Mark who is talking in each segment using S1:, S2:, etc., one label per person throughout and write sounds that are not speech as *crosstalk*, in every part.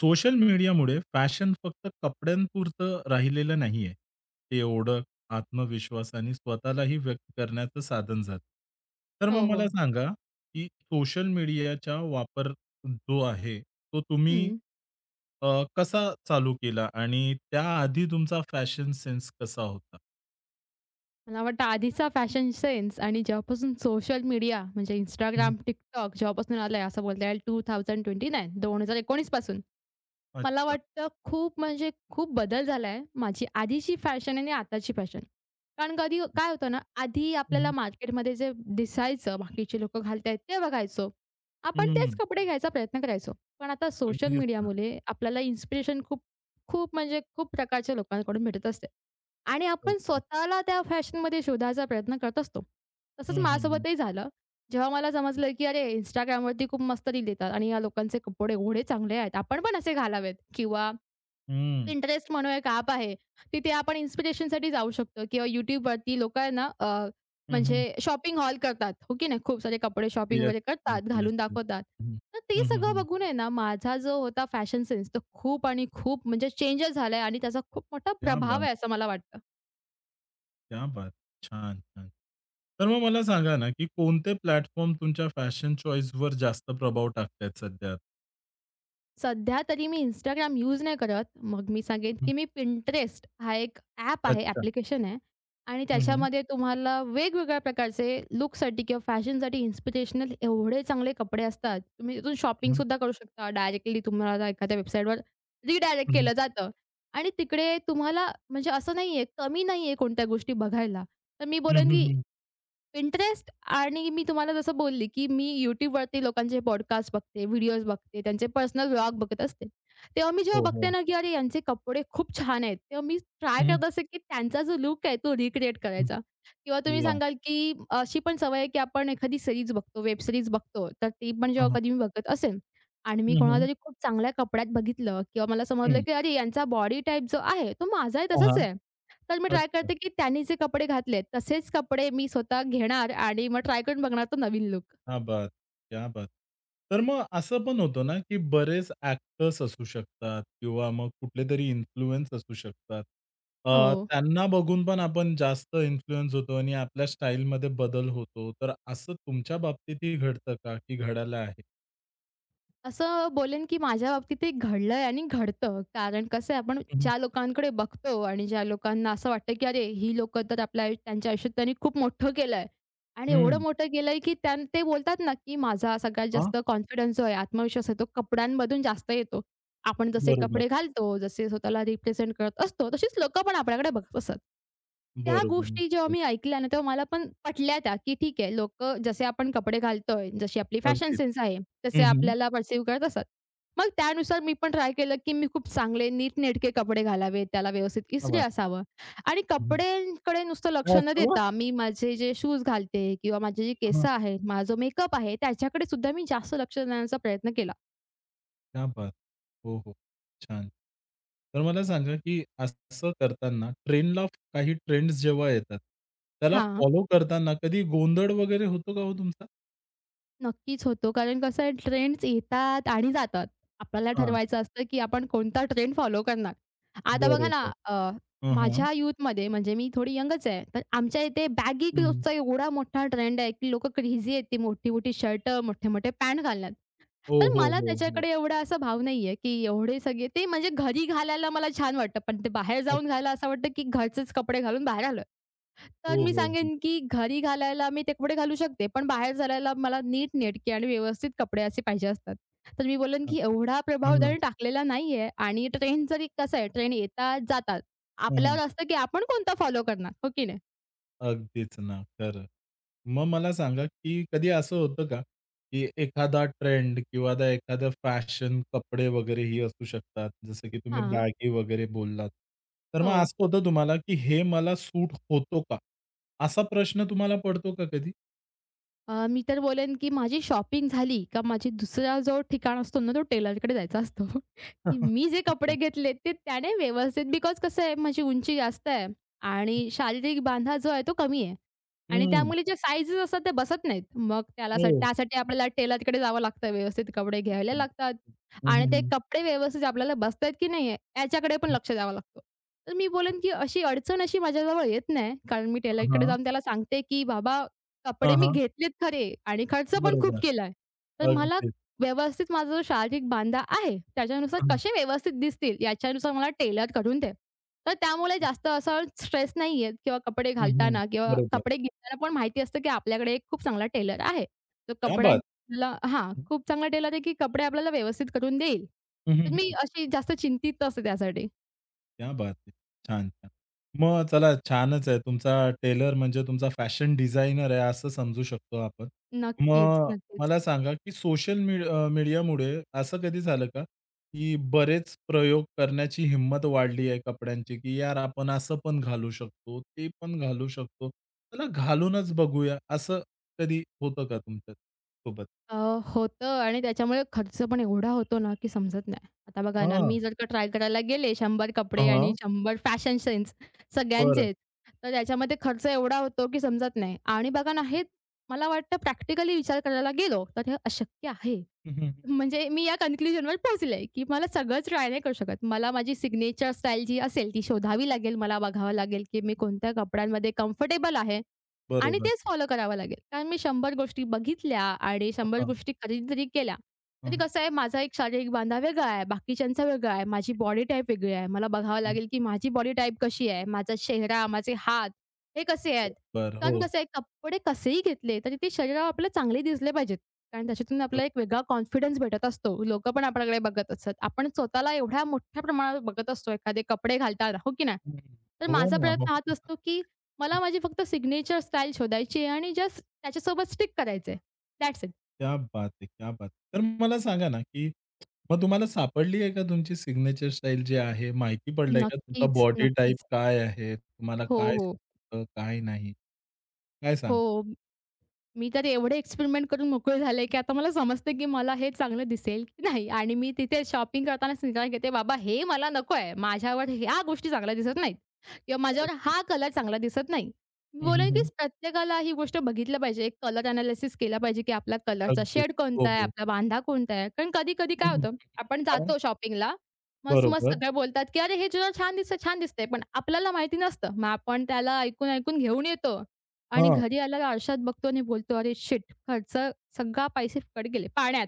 S1: Social मीडियामुळे fashion फक्त कपड्यांपुरतं राहिलेलं नाहीये. ते ओळख, आत्मविश्वास आणि स्वतःलाही व्यक्त करण्याचं साधन झालं. तर मग
S2: हो,
S1: मला
S2: हो.
S1: सांगा, की सोशल मीडियाचा वापर जो आहे, तो तुम्ही
S2: हं.
S1: अ, कसा चालू केला आणि त्याआधी तुमचा फॅशन सेन्स कसा होता?
S2: मला वाटतं आधीचा फॅशन सेन्स आणि जेव्हापासून सोशल मीडिया म्हणजे
S1: हं.
S2: Instagram, TikTok जेव्हापासून आलंय असं बोलता येईल 2029 2019 पासून. मला
S1: अच्छा.
S2: वाटतं खूप म्हणजे खूप बदल झालाय माझी आधीची फॅशन आणि आताची फॅशन. कारण कधी काय होतं ना, आधी आपल्याला
S1: हं.
S2: मार्केटमध्ये जे दिसायचं, बाकीचे लोकं घालतायत ते बघायचो. आपण तेच
S1: हं,
S2: कपडे घ्यायचा प्रयत्न करायचो. पण आता सोशल
S1: अगदीच ना.
S2: मीडियामुळे आपल्याला इन्स्पिरेशन खूप, खूप म्हणजे खूप प्रकारच्या लोकांकडून भेटत असते. आणि आपण
S1: अगदीच.
S2: स्वतःला त्या फॅशनमध्ये शोधायचा प्रयत्न करत असतो. तसंच
S1: हं, हं, हं.
S2: माझ्यासोबतही झालं. जेव्हा मला समजलं, की अरे Instagramवरती खूप मस्त रील येतात आणि या लोकांचे कपडे एवढे चांगले आहेत. आपण पण असे घालावेत किंवा
S1: हं.
S2: Pinterest म्हणून एक ॲप आहे. तिथे आपण इन्स्पिरेशनसाठी जाऊ शकतो किंवा YouTubeवरती लोकं आहे ना,
S1: हं, हं.
S2: म्हणजे शॉपिंग हॉल करतात, हो की नाही? खूप सारे कपडे शॉपिंग
S1: येस,
S2: वगैरे
S1: येस,
S2: करतात,
S1: येस,
S2: घालून
S1: येस.
S2: दाखवतात.
S1: हं.
S2: तर ते
S1: हं, हं,
S2: सगळं
S1: हं.
S2: बघून आहे ना, माझा जो होता फॅशन सेन्स तो खूप आणि खूप म्हणजे चेंजच झालाय आणि त्याचा खूप मोठा
S1: क्या
S2: प्रभाव
S1: बात!
S2: आहे असं मला वाटतं.
S1: क्या बात! छान, छान. तर मग मला सांगा ना, की कोणते प्लॅटफॉर्म तुमच्या फॅशन चॉईसवर जास्त प्रभाव टाकतायत सध्या?
S2: सध्या तरी मी Instagram यूज नाही करत. मग मी सांगेन,
S1: हं.
S2: की मी Pinterest हा एक ॲप आहे,
S1: अच्छा.
S2: ॲप्लिकेशन आहे आणि
S1: हं, हं.
S2: त्याच्यामध्ये तुम्हाला वेगवेगळ्या प्रकारचे लूकसाठी किंवा फॅशनसाठी इन्स्पिरेशनल एवढे चांगले कपडे असतात. तुम्ही तिथून
S1: हं, हं.
S2: शॉपिंगसुद्धा करू शकता. डायरेक्टली तुम्हाला एखाद्या वेबसाईटवर रिडायरेक्ट केलं जातं आणि तिकडे तुम्हाला म्हणजे असं नाहीये, कमी नाहीये कोणत्या गोष्टी बघायला. तर मी
S1: हं,
S2: बोलेन,
S1: हं,
S2: की
S1: हं.
S2: Pinterest आणि मी तुम्हाला जसं बोलली, की मी YouTubeवरती लोकांचे पॉडकास्ट बघते, व्हिडिओज बघते, त्यांचे पर्सनल व्लॉग बघत असते. तेव्हा मी जेव्हा
S1: हो,
S2: बघते
S1: हो.
S2: ना, की अरे यांचे कपडे खूप छान आहेत. तेव्हा मी ट्राय
S1: हं, हं.
S2: करत असते, की त्यांचा जो लूक आहे तो रिक्रिएट करायचा. किंवा तुम्ही
S1: वाह!
S2: सांगाल, की अशी पण सवय आहे, की आपण एखादी सीरीज बघतो, वेब सीरीज बघतो. तर ती पण जेव्हा
S1: हं, हं.
S2: कधी मी बघत असेल आणि मी
S1: हं, हं.
S2: कोणालातरी खूप चांगल्या कपड्यात बघितलं किंवा मला समजलं,
S1: हं.
S2: की अरे यांचा बॉडी टाइप जो आहे, तो माझाही
S1: हां,
S2: तसाच
S1: हां.
S2: आहे. तर मी ट्राय
S1: अच्छा.
S2: करते, की त्यांनी जे कपडे घातलेत, तसेच कपडे मी स्वतः घेणार आणि मग ट्राय करून बघणार तो नवीन लुक.
S1: क्या बात! क्या बात! तर मग असं पण होतं ना, की बरेच ॲक्टर्स असू शकतात किंवा मग कुठलेतरी इन्फ्लुअन्स असू शकतात.
S2: हो.
S1: त्यांना बघून पण आपण जास्त इन्फ्लुअन्स होतो आणि आपल्या स्टाईलमध्ये बदल होतो. तर असं तुमच्या बाबतीतही घडतं का, की घडायला आहे?
S2: असं बोलेन, की माझ्या बाबतीत ते घडलंय आणि घडतं. कारण कसं आहे, आपण
S1: हं, हं.
S2: ज्या लोकांकडे बघतो आणि ज्या लोकांना असं वाटतं, की अरे, ही लोकं तर आपल्या आयु त्यांच्या आयुष्यात त्यांनी खूप मोठं केलंय आणि एवढं
S1: हं.
S2: मोठं केलंय, की ते बोलतात ना, की माझा सगळ्यात
S1: हां.
S2: जास्त कॉन्फिडन्स जो आहे, आत्मविश्वास आहे, तो कपड्यांमधून जास्त येतो. आपण जसे
S1: बरोबर,
S2: कपडे घालतो, जसे स्वतःला रिप्रेझेंट करत असतो, तशीच लोकं पण आपल्याकडे बघत असतात. त्या
S1: बरोबर.
S2: गोष्टी जेव्हा मी ऐकल्या ना, तेव्हा मला पण पटल्या त्या, की ठीक आहे, लोकं जसे आपण कपडे घालतोय, जशी आपली फॅशन
S1: अगदीच.
S2: सेन्स आहे, तसे
S1: हं, हं.
S2: आपल्याला पर्सीव्ह करत असतात. मग त्यानुसार मी पण ट्राय केलं, की मी खूप चांगले नीटनेटके कपडे घालावेत, त्याला व्यवस्थित
S1: क्या
S2: इस्त्री
S1: बात!
S2: असावं आणि
S1: हं,
S2: कपड्यांकडे नुसतं लक्ष
S1: काय
S2: न
S1: असतं
S2: देता मी माझे जे शूज घालते किंवा माझे जे केस आहेत, माझा जो मेकअप आहे, त्याच्याकडे सुद्धा मी जास्त लक्ष देण्याचा प्रयत्न केला.
S1: क्या बात! हो, हो. छान. तर मला सांगा, की असं करताना ट्रेंडला काही ट्रेंड्स जेव्हा येतात, त्याला
S2: हां.
S1: फॉलो करताना कधी गोंधळ वगैरे होतो का हो तुमचा?
S2: नक्कीच होतो. कारण कसं आहे ट्रेंड्स येतात आणि जातात. आपल्याला
S1: हां,
S2: ठरवायचं असतं, की आपण कोणता ट्रेंड फॉलो करणार. आता बघा ना,
S1: बरोबर. हां, हां.
S2: माझ्या यूथमध्ये म्हणजे मी थोडी यंगच आहे. तर आमच्या इथे बॅगी
S1: हं.
S2: क्लोथ्सचा एवढा मोठा ट्रेंड आहे, की लोकं क्रेझी आहेत. ती मोठी-मोठी शर्ट, मोठे-मोठे पॅन्ट घालण्यात.
S1: हो,
S2: तर
S1: हो,
S2: मला
S1: हो, हो.
S2: त्याच्याकडे एवढा असा भाव नाहीये, की एवढे सगळे ते म्हणजे घरी घालायला मला छान वाटतं, पण ते बाहेर
S1: अच्छा.
S2: जाऊन घालायला असं वाटतं, की घरचेच कपडे घालून बाहेर आलोय. तर
S1: हो,
S2: मी
S1: हो, हो.
S2: सांगेन, की घरी घालायला मी ते कपडे घालू शकते, पण बाहेर घालायला मला नीटनेटके आणि व्यवस्थित कपडे असे पाहिजे असतात. तर मी बोलेन,
S1: हां,
S2: की
S1: हां.
S2: एवढा प्रभाव त्याने टाकलेला नाहीये आणि ट्रेंड जरी कसं आहे, ट्रेंड येतात, जातात.
S1: हां, हां.
S2: आपल्यावर असतं, की आपण कोणता फॉलो करणार, हो की नाही?
S1: अगदीच ना, खरं. मग मला सांगा, की कधी असं होतं का, की एखादा ट्रेंड किंवा आता एखादं फॅशन, कपडे वगैरे ही असू शकतात, जसं की तुम्ही
S2: हां,
S1: बॅगी वगैरे बोललात. तर
S2: हो.
S1: मग असं होतं तुम्हाला, की हे मला सूट होतो का? असा प्रश्न तुम्हाला पडतो का कधी?
S2: मी तर बोलेन, की माझी शॉपिंग झाली का माझी दुसरा जो ठिकाण असतो ना, तो टेलरकडे जायचा असतो. *laughs* की
S1: *laughs*
S2: मी जे कपडे
S1: अच्छा.
S2: घेतलेत ते त्याने व्यवस्थित बिकॉज कसं आहे माझी उंची जास्त आहे आणि शारीरिक बांधा जो आहे तो कमी आहे. आणि
S1: हं.
S2: त्यामुळे ज्या साइझेस असतात ते बसत नाहीत. मग
S1: हो.
S2: त्यासाठी आपल्याला टेलरकडे जावं लागतं, व्यवस्थित कपडे घ्यायला लागतात
S1: हं,
S2: आणि ते
S1: हं,
S2: कपडे व्यवस्थित आपल्याला बसतायत की नाही याच्याकडे पण
S1: हं.
S2: लक्ष द्यावं लागतं. तर मी बोलेन, की अशी अडचण अशी माझ्याजवळ येत नाही. कारण मी टेलरकडे
S1: हां,
S2: जाऊन त्याला सांगते, की "बाबा कपडे मी घेतलेत खरे आणि खर्च पण खूप
S1: बरोबर.
S2: केलाय. तर मला
S1: अगदीच.
S2: व्यवस्थित माझा जो शारीरिक बांधा आहे, त्याच्यानुसार
S1: हं,
S2: कसे व्यवस्थित दिसतील याच्यानुसार मला टेलर करून दे. तर त्यामुळे
S1: हं.
S2: जास्त असा स्ट्रेस नाही येत किंवा कपडे घालताना किंवा
S1: बरोबर.
S2: कपडे घेताना पण माहिती असतं, की आपल्याकडे एक खूप चांगला टेलर आहे. तर
S1: क्या बात!
S2: कपड्यांला हां, खूप चांगला टेलर आहे, की कपडे आपल्याला व्यवस्थित करून देईल. तर
S1: हं,
S2: मी अशी जास्त चिंतित असते त्यासाठी.
S1: क्या बात है! छान, छान. मग चला छानच आहे. तुमचा टेलर म्हणजे तुमचा फॅशन डिझायनर आहे असं समजू शकतो आपण.
S2: नक्कीच,
S1: मग
S2: नक्कीच.
S1: मला सांगा, की सोशल मीडियामुळे असं कधी झालं का, की बरेच प्रयोग करण्याची हिंमत वाढली आहे कपड्यांची, की यार आपण असं पण घालू शकतो, ते पण घालू शकतो. चला घालूनच बघूया असं कधी होतं का तुमच्या सोबत?
S2: अ, होतं आणि त्याच्यामुळे खर्च पण एवढा होतो ना, की समजत नाही. आता बघा ना,
S1: हां.
S2: मी जर का ट्राय करायला गेले 100 कपडे आणि
S1: हां.
S2: 100 फॅशन सेन्स
S1: बरं.
S2: सगळ्यांचेच, तर त्याच्यामध्ये खर्च एवढा होतो, की समजत नाही आणि बघा ना, हे
S1: *laughs*
S2: मला वाटतं प्रॅक्टिकली विचार करायला गेलो, तर हे अशक्य आहे.
S1: हं, हं, हं.
S2: म्हणजे मी या कन्क्लुजनवर पोहोचले, की मला सगळंच ट्राय नाही करू शकत. मला माझी सिग्नेचर स्टाईल जी असेल ती शोधावी लागेल. मला बघावं लागेल, की मी कोणत्या कपड्यांमध्ये कम्फर्टेबल आहे आणि
S1: बरोबर.
S2: तेच फॉलो करावं लागेल. कारण मी 100 गोष्टी बघितल्या आणि
S1: हां,
S2: 100
S1: हां.
S2: गोष्टी खरेदी जरी केल्या, तरी
S1: हं,
S2: कसं आहे माझा एक शारीरिक बांधा वेगळा आहे, बाकीच्यांचा वेगळा आहे, माझी बॉडी टाइप वेगळी आहे. मला बघावं
S1: हं.
S2: लागेल, की माझी बॉडी टाइप कशी आहे, माझा चेहरा, माझे हात हे कसे आहेत.
S1: हो.
S2: कारण कसं आहे कपडे कसेही घेतले, तरी ते शरीरावर आपल्याला चांगले दिसले पाहिजेत. कारण त्याच्यातून आपला एक वेगळा कॉन्फिडन्स भेटत असतो. लोकं पण आपल्याकडे बघत असतात. आपण स्वतःला एवढ्या मोठ्या प्रमाणावर बघत असतो. एखादे कपडे घालताना, हो की नाही?
S1: हं.
S2: तर
S1: हो
S2: माझा
S1: ना, हो
S2: प्रयत्न हाच
S1: ना.
S2: असतो, की मला माझी फक्त सिग्नेचर स्टाईल शोधायची आहे आणि जस्ट त्याच्यासोबत स्टिक करायचंय. That's it.
S1: क्या बात है! क्या बात है! तर मला सांगा ना, की मग तुम्हाला सापडली आहे का तुमची सिग्नेचर स्टाईल जी आहे? माहिती पडलंय का तुमचा
S2: नक्कीच,
S1: बॉडी टाइप
S2: नक्कीच.
S1: काय आहे? तुम्हाला
S2: हो,
S1: काय
S2: हो.
S1: सुटतं, काय नाही? काय सांगाल?
S2: हो. मी तर एवढे एक्सपेरिमेंट करून मोकळी झाले, की आता मला समजते, की मला हे चांगलं दिसेल की नाही आणि मी तिथे शॉपिंग करतानाच निर्णय घेते, बाबा हे मला नको आहे. माझ्यावर ह्या गोष्टी चांगल्या दिसत नाहीत किंवा माझ्यावर
S1: अच्छा.
S2: हा कलर चांगला दिसत नाही. मी
S1: हं, हं,
S2: बोलेन, की
S1: हं.
S2: प्रत्येकाला ही गोष्ट बघितलं पाहिजे. एक कलर एनालिसिस केला पाहिजे, की आपला कलरचा
S1: अगदीच.
S2: शेड
S1: हो,
S2: कोणता आहे,
S1: हो.
S2: आपला बांधा कोणता आहे. कारण कधी-कधी काय
S1: हं.
S2: होतं, आपण
S1: काय?
S2: जातो शॉपिंगला, मस्त-मस्त
S1: बरोबर.
S2: सगळे बोलतात, की "अरे, हे तुला छान दिसतं, छान दिसतंय." पण आपल्याला माहिती नसतं. मग आपण त्याला ऐकून-ऐकून घेऊन येतो आणि
S1: हां.
S2: घरी आल्यावर आरशात बघतो आणि बोलतो, "अरे शिट! खर्च सगळा पैसे फुकट गेले पाण्यात."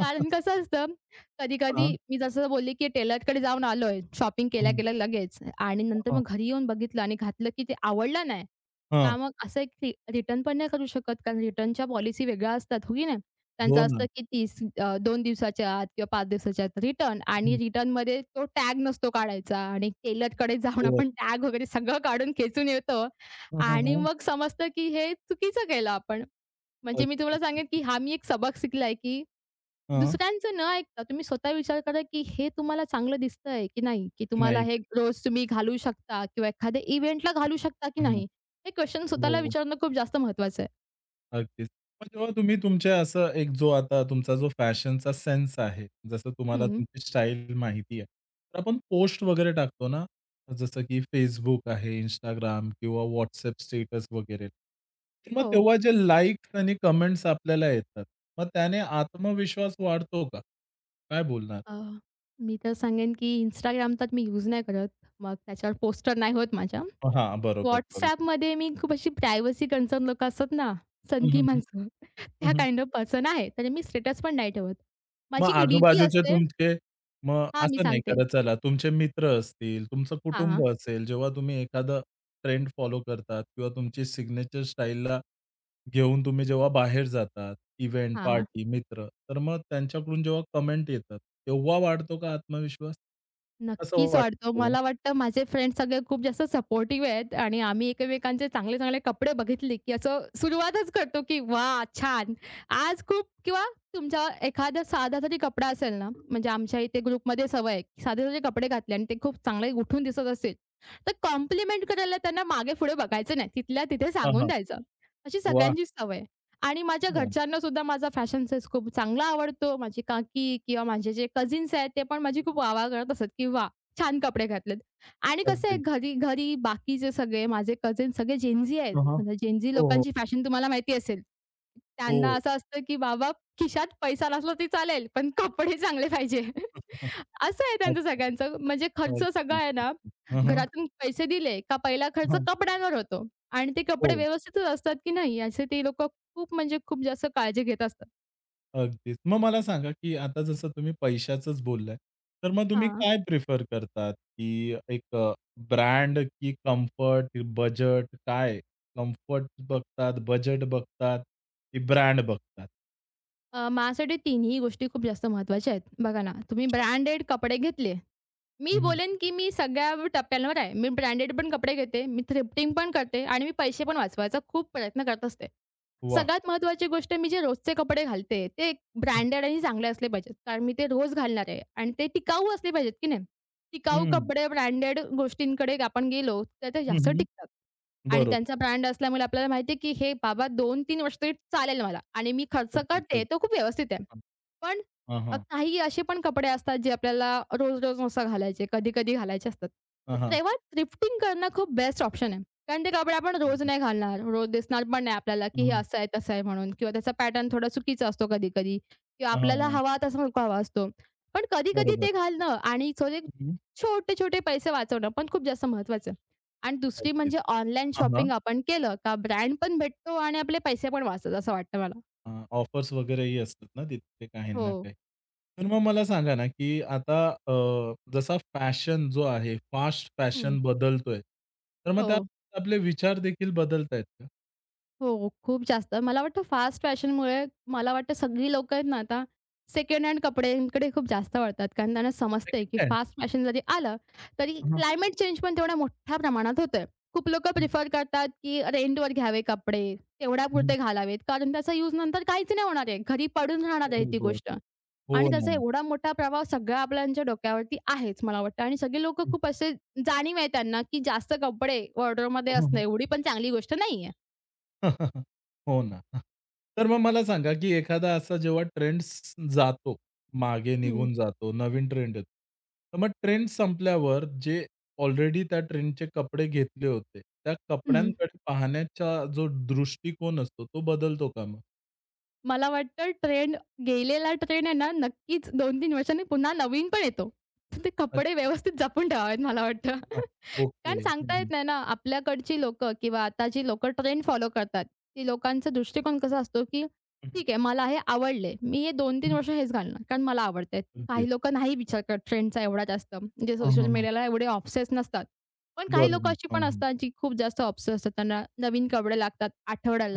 S2: कारण कसं असतं, कधी-कधी
S1: हां.
S2: मी जसं बोलले, की टेलरकडे जाऊन आलोय, शॉपिंग
S1: हं.
S2: केल्या-केल्या लगेच आणि नंतर
S1: हां.
S2: मग घरी येऊन बघितलं आणि घातलं, की ते आवडलं नाही.
S1: हां.
S2: का मग असं एक रिटर्न पण नाही करू शकत, कारण रिटर्नच्या पॉलिसी वेगळ्या असतात, हो की नाही? त्यांचं
S1: हो ना.
S2: असतं, की 2 दिवसाच्या आत किंवा 5 दिवसाच्या आत रिटर्न आणि
S1: हं.
S2: रिटर्नमध्ये तो टॅग नसतो काढायचा आणि टेलरकडे जाऊन
S1: येस.
S2: आपण टॅग वगैरे सगळं काढून खेचून येतो
S1: हं, हं,
S2: आणि
S1: हं.
S2: मग समजतं की हे चुकीचं केलं आपण. म्हणजे मी
S1: अगदी.
S2: तुम्हाला सांगेन की हा मी एक सबक शिकलाय की
S1: हां.
S2: दुसऱ्यांचं न ऐकता तुम्ही स्वतः विचार करा की हे तुम्हाला चांगलं दिसतंय की नाही? की तुम्हाला
S1: नाही.
S2: हे रोज तुम्ही घालू शकता किंवा एखाद्या इव्हेंटला घालू शकता की
S1: हं, हं.
S2: नाही? हे क्वेशन स्वतःला
S1: हो.
S2: विचारणं खूप जास्त महत्त्वाचं आहे.
S1: अगदीच. मग जेव्हा तुम्ही तुमचे असं एक जो आता तुमचा जो फॅशनचा सेन्स आहे, जसं तुम्हाला
S2: हं,
S1: तुमची स्टाईल माहिती आहे. तर आपण पोस्ट वगैरे टाकतो ना, जसं की Facebook आहे, Instagram किंवा WhatsApp स्टेटस वगैरे. तर मग
S2: हो.
S1: तेव्हा जे लाइक्स आणि कमेंट्स आपल्याला येतात, मग त्याने आत्मविश्वास वाढतो का? काय बोलणार?
S2: अ, मी तर सांगेन की Instagram तर मी यूज नाही करत. मग त्याच्यावर पोस्टर नाही होत माझ्या.
S1: हां, बरोबर, बरोबर.
S2: WhatsAppमध्ये मी खूप अशी प्रायव्हसी कन्सर्न लोकं असतात ना,
S1: हं,
S2: सनकी
S1: हं, हं.
S2: माणसं, त्या काइंड ऑफ पर्सन आहे. त्याने मी स्टेटस पण नाही ठेवत.
S1: मग
S2: माझी एक डी-पी
S1: आजूबाजूचे
S2: असते.
S1: तुमचे मग
S2: हां, मी
S1: असं नाही
S2: सांगते.
S1: करत चला तुमचे मित्र असतील, तुमचं
S2: हां,
S1: कुटुंब
S2: हां.
S1: असेल, जेव्हा तुम्ही एखादा ट्रेंड फॉलो करतात किंवा तुमची सिग्नेचर स्टाईलला घेऊन तुम्ही जेव्हा बाहेर जातात, इव्हेंट,
S2: हां.
S1: पार्टी, मित्र, तर मग त्यांच्याकडून जेव्हा कमेंट येतात, तेव्हा वाढतो का आत्मविश्वास? कसं
S2: नक्कीच
S1: वाटतं
S2: वाढतो.
S1: तेव्हा?
S2: मला वाटतं माझे फ्रेंड्स सगळे खूप जास्त सपोर्टिव्ह आहेत आणि आम्ही एकमेकांचे चांगले, चांगले कपडे बघितले, की असं सुरुवातच करतो, की "वाह! छान. आज खूप" किंवा तुमचा एखादा साधा जरी कपडा असेल ना, म्हणजे आमच्या इथे ग्रुपमध्ये सवय आहे, की साधे जरी कपडे घातले आणि ते खूप चांगले उठून दिसत असेल, तर कॉम्प्लिमेंट करायला त्यांना मागे-पुढे बघायचं नाही. तिथल्या तिथे
S1: हां,
S2: सांगून
S1: हां.
S2: द्यायचं. अशी
S1: वाह!
S2: सगळ्यांचीच सवय आहे. आणि माझ्या
S1: वाह!
S2: घरच्यांनासुद्धा माझा फॅशन सेन्स खूप चांगला आवडतो. माझी काकी किंवा माझे जे कझिन्स आहेत, ते पण माझी खूप वाह-वाह करत असत, की "वाह! छान कपडे घातलेत." आणि कसं आहे
S1: अगदीच.
S2: घरी घरी बाकीचे सगळे माझे कझिन्स सगळे जेनझी आहेत.
S1: हां, हां.
S2: आता जेनझी
S1: हो, हो.
S2: लोकांची फॅशन तुम्हाला माहिती असेल.
S1: हो.
S2: त्यांना असं असतं, की बाबा खिशात पैसा नसला तरी चालेल, पण कपडे चांगले पाहिजे. *laughs*
S1: *laughs*
S2: असं आहे त्यांचं
S1: अच्छा.
S2: सगळ्यांचं. म्हणजे खर्च सगळा
S1: अगदी.
S2: आहे ना,
S1: हं, हं.
S2: घरातून पैसे दिले का पहिला खर्च
S1: हां.
S2: कपड्यांवर होतो. आणि ते कपडे
S1: हो.
S2: व्यवस्थितच असतात की नाही याचे ते लोकं खूप म्हणजे खूप जास्त काळजी घेत असतात.
S1: अगदीच. मग मला सांगा, की आता जसं तुम्ही पैशाचंच बोललाय, तर मग तुम्ही
S2: हां.
S1: काय प्रिफर करतात? की ब्रँड की कम्फर्ट, बजेट काय? कम्फर्ट बघतात, बजेट बघतात, की ब्रँड बघतात?
S2: माझ्यासाठी तिन्ही गोष्टी खूप जास्त महत्त्वाच्या आहेत. बघा ना, तुम्ही
S1: अच्छा.
S2: ब्रँडेड कपडे घेतले.
S1: हं,
S2: मी
S1: हं.
S2: बोलेन की मी सगळ्या टप्प्यांवर आहे. मी ब्रँडेड पण कपडे घेते, मी थ्रिफ्टिंग पण करते आणि मी पैसे पण वाचवायचा खूप प्रयत्न करत असते.
S1: वाह!
S2: सगळ्यात महत्त्वाची गोष्ट मी जे रोजचे कपडे घालते, ते
S1: हं,
S2: ब्रँडेड आणि चांगले असले पाहिजेत. कारण मी ते रोज घालणार आहे आणि ते टिकाऊ असले पाहिजेत की नाही. टिकाऊ कपडे, ब्रँडेड गोष्टींकडे आपण गेलो तर ते जास्त टिकतात. आणि त्यांचा
S1: बरोबर.
S2: ब्रँड असल्यामुळे आपल्याला माहिती आहे, की हे बाबा 2 तीन वर्ष तरी चालेल मला आणि मी खर्च
S1: अगदीच,
S2: करते
S1: अगदीच.
S2: तो खूप व्यवस्थित आहे. पण
S1: हां, हां.
S2: काही असे पण कपडे असतात जे आपल्याला रोज-रोज नसतात घालायचे, कधी-कधी घालायचे असतात.
S1: हां,
S2: तर
S1: हां.
S2: तेव्हा थ्रिफ्टिंग करणं खूप बेस्ट ऑप्शन आहे. कारण ते कपडे आपण
S1: हं,
S2: रोज
S1: हं.
S2: नाही घालणार, रोज दिसणार पण नाही आपल्याला, की
S1: हां,
S2: हे
S1: हां.
S2: असं आहे, तसं आहे म्हणून किंवा त्याचा पॅटर्न थोडा चुकीचा असतो कधी-कधी किंवा आपल्याला हवा तसा नको हवा असतो. पण कधी-कधी
S1: बरोबर.
S2: ते घालणं आणि थोडे
S1: हं,
S2: छोटे-छोटे पैसे वाचवणं पण खूप जास्त महत्वाचं आहे. आणि दुसरी
S1: अगदीच.
S2: म्हणजे ऑनलाईन शॉपिंग आपण केलं का ब्रँड पण भेटतो आणि आपले पैसे पण वाचतात असं वाटतं मला.
S1: अ, ऑफर्स वगैरेही असतात ना तिथे काही
S2: हो.
S1: ना काही. तर मग मला सांगा ना, की आता जसा फॅशन जो आहे, फास्ट
S2: हं.
S1: फॅशन बदलतोय, तर मग
S2: हो.
S1: त्यात आपले विचार देखील बदलतायत का?
S2: हो, खूप जास्त. मला वाटतं फास्ट फॅशनमुळे मला वाटतं सगळी लोकं आहेत ना आता सेकंड हँड कपड्यांकडे खूप जास्त वळतात. कारण त्यांना समजतंय, की
S1: सेकंड हँड.
S2: फास्ट फॅशन जरी आलं, तरी
S1: हां.
S2: क्लायमेट चेंज पण तेवढ्या मोठ्या प्रमाणात होतोय. खूप लोकं
S1: हं,
S2: प्रिफर करतात, की रेंटवर घ्यावे कपडे,
S1: हं.
S2: तेवढ्यापुरते घालावेत. कारण त्याचा यूज नंतर काहीच नाही होणार आहे. घरी पडून राहणार आहे ती
S1: बरोबर.
S2: गोष्ट.
S1: हो
S2: आणि त्याचा एवढा मोठा प्रभाव सगळ्या आपल्यांच्या डोक्यावरती आहेच मला वाटतं. आणि सगळे लोकं खूप असे जाणीव आहे त्यांना, की जास्त कपडे वॉर्डरोबमध्ये असणं
S1: ना.
S2: एवढी पण चांगली गोष्ट नाहीये.
S1: *laughs* हो ना. तर मग मला सांगा, की एखादा असा जेव्हा ट्रेंड जातो, मागे निघून जातो, नवीन ट्रेंड येतो. तर मग ट्रेंड संपल्यावर जे ऑलरेडी त्या ट्रेंडचे कपडे घेतले होते, त्या
S2: हं.
S1: कपड्यांकडे पाहण्याचा जो दृष्टिकोन असतो, तो बदलतो का मग?
S2: मला वाटतं ट्रेंड गेलेला ट्रेंड आहे ना, नक्कीच 2-3 वर्षांनी पुन्हा नवीन पण येतो. तर ते कपडे
S1: अच्छा.
S2: व्यवस्थित जपून ठेवावेत मला वाटतं.
S1: हां.
S2: *laughs* कारण
S1: ओके. हं,
S2: सांगता
S1: हं.
S2: येत नाही ना, आपल्याकडची लोकं किंवा आताची लोकं ट्रेंड फॉलो करतात. ती लोकांचा दृष्टिकोन कसा असतो, की
S1: हं,
S2: ठीक आहे मला हे आवडले. मी हे 2-3 वर्ष हेच घालणार कारण मला आवडतंय.
S1: अगदीच.
S2: काही लोकं नाही विचार करत ट्रेंडचा एवढा जास्त. म्हणजे
S1: हां,
S2: सोशल
S1: हां, हां.
S2: मीडियाला एवढे ऑब्सेस नसतात. पण काही लोकं
S1: बरोबर.
S2: अशी
S1: हां,
S2: पण
S1: हां.
S2: असतात, जी खूप जास्त ऑब्सेस असतात. त्यांना नवीन कपडे लागतात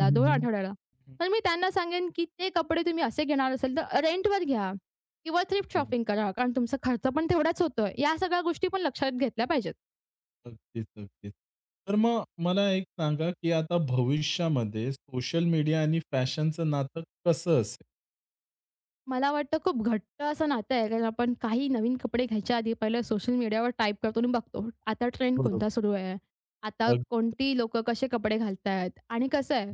S1: हं, हं,
S2: 2
S1: हं.
S2: आठवड्याला. पण मी त्यांना सांगेन, की ते कपडे तुम्ही असे घेणार असेल तर रेंटवर घ्या किंवा थ्रिफ्ट
S1: बरोबर.
S2: शॉपिंग करा. कारण तुमचा खर्च पण तेवढाच होतोय. या सगळ्या गोष्टी पण लक्षात घेतल्या पाहिजेत.
S1: अगदीच, अगदीच. तर मग मला एक सांगा, की आता भविष्यामध्ये सोशल मीडिया आणि फॅशनचं नातं कसं असेल?
S2: मला वाटतं खूप घट्ट असं नातं आहे, कारण आपण काही नवीन कपडे घ्यायच्या आधी पहिलं सोशल मीडियावर टाईप करतो आणि बघतो, आता ट्रेंड
S1: बरोबर.
S2: कोणता सुरू आहे? आता
S1: अगदी.
S2: कोणती लोकं कसे कपडे घालतायत? आणि कसं आहे,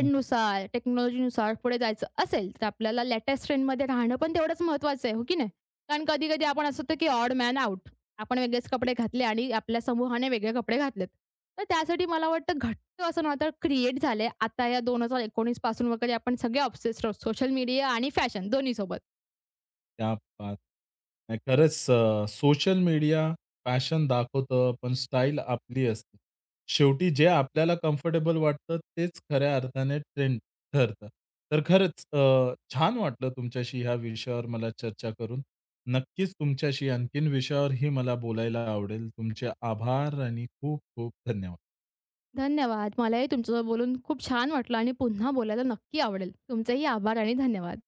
S1: हं,
S2: टेक्नॉलॉजीनुसार पुढे जायचं असेल, तर आपल्याला लेटेस्ट ट्रेंडमध्ये राहणं पण तेवढंच महत्त्वाचं आहे, हो की नाही? कारण कधी-कधी आपण असं होतं, की ऑड मॅन आउट. आपण वेगळेच कपडे घातले आणि आपल्या समूहाने वेगळे कपडे घातलेत. तर त्यासाठी मला वाटतं तर असं ना आता क्रिएट झालंय. आता या 2019 पासून वगैरे आपण सगळे ऑब्सेस्ड आहोत सोशल मीडिया आणि फॅशन दोन्हीसोबत.
S1: क्या बात! नाही खरंच सोशल मीडिया फॅशन दाखवतं, पण स्टाईल आपली असते. शेवटी जे आपल्याला कम्फर्टेबल वाटतं, तेच खऱ्या अर्थाने ट्रेंड ठरतं. तर खरंच छान वाटलं तुमच्याशी ह्या विषयावर मला चर्चा करून. नक्कीच तुमच्याशी आणखीन विषयावरही मला बोलायला आवडेल. तुमचे आभार आणि खूप खूप धन्यवाद.
S2: धन्यवाद. मलाही तुमच्यासोबत बोलून खूप छान वाटलं आणि पुन्हा बोलायला नक्की आवडेल. तुमचेही आभार आणि धन्यवाद.